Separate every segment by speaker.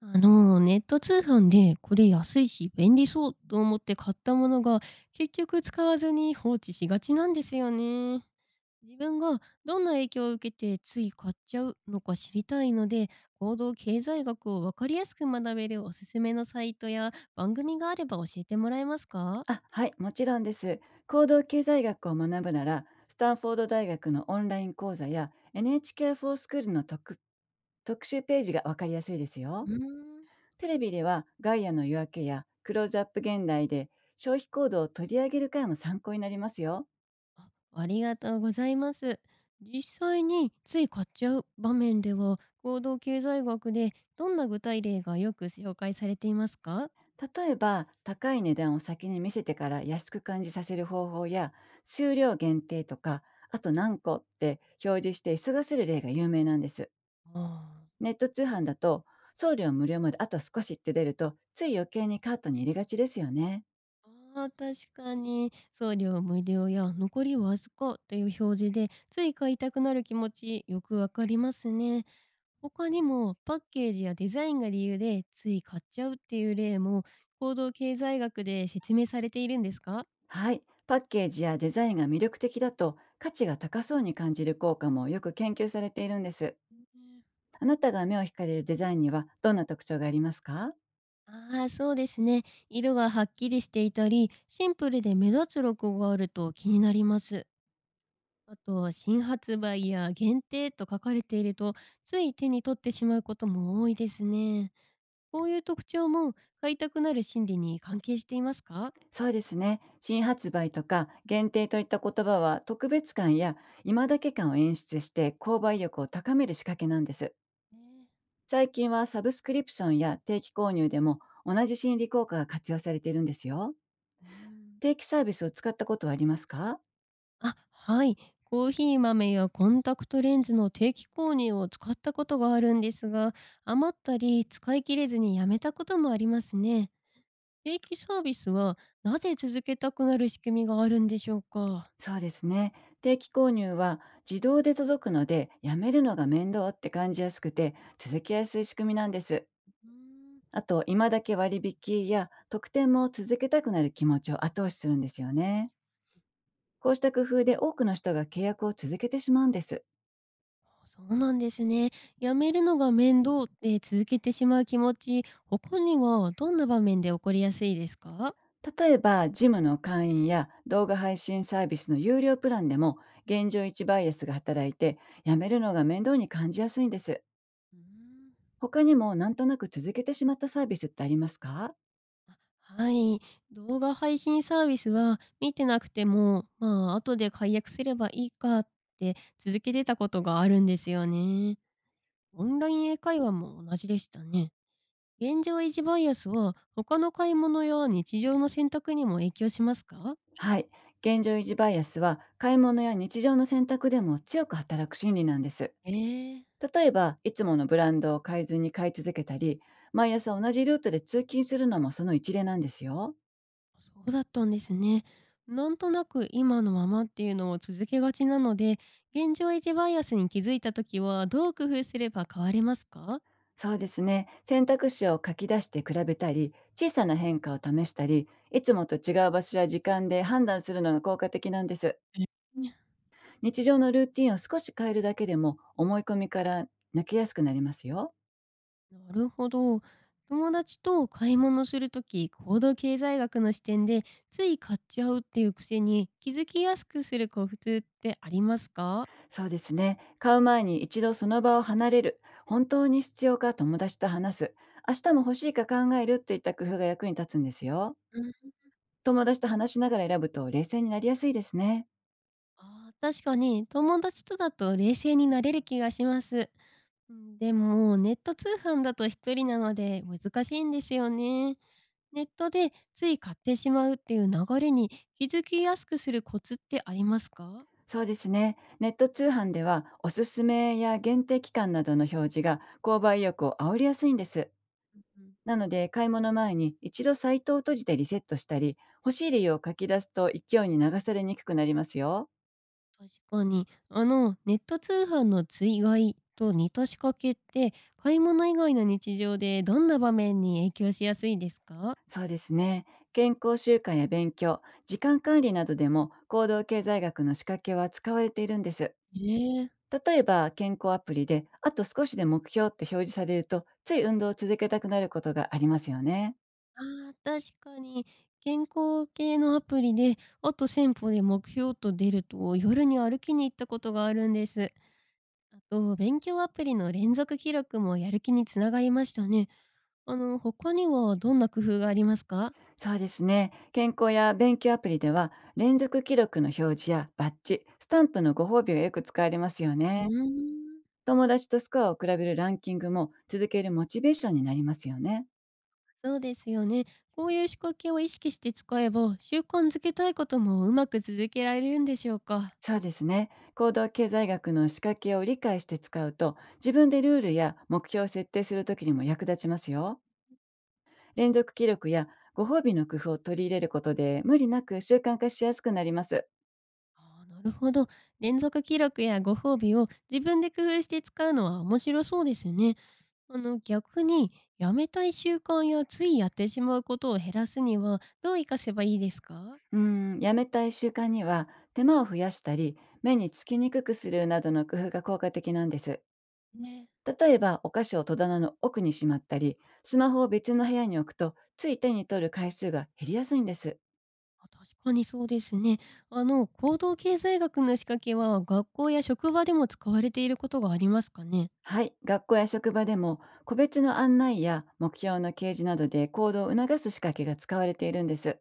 Speaker 1: ネット通販でこれ安いし便利そうと思って買ったものが結局使わずに放置しがちなんですよね。自分がどんな影響を受けてつい買っちゃうのか知りたいので、行動経済学をわかりやすく学べるおすすめのサイトや番組があれば教えてもらえますか？
Speaker 2: あ、はい、もちろんです。行動経済学を学ぶなら、スタンフォード大学のオンライン講座や NHK フォースクールの特集ページがわかりやすいです
Speaker 1: う
Speaker 2: よ。
Speaker 1: ーん。
Speaker 2: テレビではガイアの夜明けやクローズアップ現代で消費行動を取り上げる回も参考になりますよ。
Speaker 1: あ、ありがとうございます。実際につい買っちゃう場面では行動経済学でどんな具体例がよく紹介されていますか？
Speaker 2: 例えば、高い値段を先に見せてから安く感じさせる方法や、数量限定とか、あと何個って表示して急がせる例が有名なんです。
Speaker 1: ああ。
Speaker 2: ネット通販だと送料無料まであと少しって出るとつい余計にカートに入れがちですよね。
Speaker 1: あー確かに。送料無料や残りわずかという表示で、つい買いたくなる気持ちよくわかりますね。他にもパッケージやデザインが理由でつい買っちゃうっていう例も行動経済学で説明されているんですか？
Speaker 2: はい。パッケージやデザインが魅力的だと価値が高そうに感じる効果もよく研究されているんです。
Speaker 1: ね。
Speaker 2: あなたが目を惹かれるデザインにはどんな特徴がありますか？
Speaker 1: ああ、そうですね。色がはっきりしていたり、シンプルで目立つロゴがあると気になります。あと、新発売や限定と書かれていると、つい手に取ってしまうことも多いですね。こういう特徴も買いたくなる心理に関係していますか？
Speaker 2: そうですね。新発売とか限定といった言葉は特別感や今だけ感を演出して購買力を高める仕掛けなんです。
Speaker 1: ね。
Speaker 2: 最近はサブスクリプションや定期購入でも同じ心理効果が活用されているんですよ。
Speaker 1: うん、
Speaker 2: 定期サービスを使ったことはありますか？
Speaker 1: あ、はい。コーヒー豆やコンタクトレンズの定期購入を使ったことがあるんですが、余ったり使い切れずにやめたこともありますね。定期サービスはなぜ続けたくなる仕組みがあるんでしょうか。
Speaker 2: そうですね。定期購入は自動で届くので、やめるのが面倒って感じやすくて、続けやすい仕組みなんです。
Speaker 1: うん。
Speaker 2: あと、今だけ割引や特典も続けたくなる気持ちを後押しするんですよね。こうした工夫で多くの人が契約を続けてしまうんです。
Speaker 1: そうなんですね。やめるのが面倒って続けてしまう気持ち、他にはどんな場面で起こりやすいですか？
Speaker 2: 例えば、ジムの会員や動画配信サービスの有料プランでも、現状一バイアスが働いて、やめるのが面倒に感じやすいんです。
Speaker 1: うーん。
Speaker 2: 他にもなんとなく続けてしまったサービスってありますか？
Speaker 1: はい、動画配信サービスは見てなくても、まあ、後で解約すればいいかって続けてたことがあるんですよね。オンライン英会話も同じでしたね。現状維持バイアスは他の買い物や日常の選択にも影響しますか？
Speaker 2: はい。現状維持バイアスは買い物や日常の選択でも強く働く心理なんです。
Speaker 1: ええ。
Speaker 2: 例えば、いつものブランドを変えずに買い続けたり、毎朝同じルートで通勤するのもその一例なんですよ。
Speaker 1: そうだったんですね。なんとなく今のままっていうのを続けがちなので、現状維持バイアスに気づいた時はどう工夫すれば変われますか？
Speaker 2: そうですね。選択肢を書き出して比べたり、小さな変化を試したり、いつもと違う場所や時間で判断するのが効果的なんです。
Speaker 1: え。
Speaker 2: 日常のルーティンを少し変えるだけでも思い込みから抜けやすくなりますよ。
Speaker 1: なるほど。友達と買い物するとき、行動経済学の視点でつい買っちゃうっていう癖に気づきやすくするコツってありますか？
Speaker 2: そうですね。買う前に一度その場を離れる。本当に必要か友達と話す。明日も欲しいか考えるっていった工夫が役に立つんですよ。
Speaker 1: うん。
Speaker 2: 友達と話しながら選ぶと冷静になりやすいですね。
Speaker 1: あー確かに友達とだと冷静になれる気がします。うん、でも、ネット通販だと一人なので難しいんですよね。ネットでつい買ってしまうっていう流れに気づきやすくするコツってありますか？
Speaker 2: そうですね。ネット通販ではおすすめや限定期間などの表示が購買意欲を煽りやすいんです。
Speaker 1: うん、
Speaker 2: なので買い物前に一度サイトを閉じてリセットしたり、欲しい理由を書き出すと勢いに流されにくくなりますよ。
Speaker 1: 確かに、ネット通販の追買いと似た仕掛けって、買い物以外の日常でどんな場面に影響しやすいですか？
Speaker 2: そうですね。健康習慣や勉強、時間管理などでも行動経済学の仕掛けは使われているんです。
Speaker 1: ええ。
Speaker 2: 例えば健康アプリであと少しで目標って表示されるとつい運動を続けたくなることがありますよね。
Speaker 1: あー確かに。健康系のアプリで、あと1000歩で目標と出ると、夜に歩きに行ったことがあるんです。あと、勉強アプリの連続記録もやる気につながりましたね。他にはどんな工夫がありますか？
Speaker 2: そうですね。健康や勉強アプリでは連続記録の表示やバッジ、スタンプのご褒美がよく使われますよ
Speaker 1: うー
Speaker 2: ね。
Speaker 1: ん。
Speaker 2: 友達とスコアを比べるランキングも続けるモチベーションになりますよね。
Speaker 1: そうですよね。こういう仕掛けを意識して使えば、習慣づけたいこともうまく続けられるんでしょうか。
Speaker 2: そうですね。行動経済学の仕掛けを理解して使うと、自分でルールや目標を設定するときにも役立ちますよ。連続記録やご褒美の工夫を取り入れることで、無理なく習慣化しやすくなります。
Speaker 1: あーなるほど。連続記録やご褒美を自分で工夫して使うのは面白そうですね。逆に、やめたい習慣やついやってしまうことを減らすには、どう活かせばいいですか？
Speaker 2: うーん、やめたい習慣には、手間を増やしたり、目につきにくくするなどの工夫が効果的なんです。
Speaker 1: ね。
Speaker 2: 例えば、お菓子を戸棚の奥にしまったり、スマホを別の部屋に置くと、つい手に取る回数が減りやすいんです。
Speaker 1: あ、確かにそうですね。行動経済学の仕掛けは、学校や職場でも使われていることがありますかね？
Speaker 2: はい、学校や職場でも個別の案内や目標の掲示などで行動を促す仕掛けが使われているんです。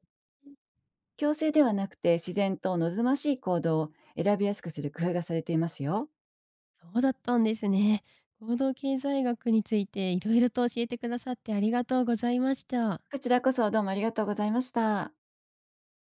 Speaker 2: 強制ではなくて自然と望ましい行動を選びやすくする工夫がされていますよ。
Speaker 1: そうだったんですね。行動経済学についていろいろと教えてくださってありがとうございました。
Speaker 2: こちらこそどうもありがとうございました。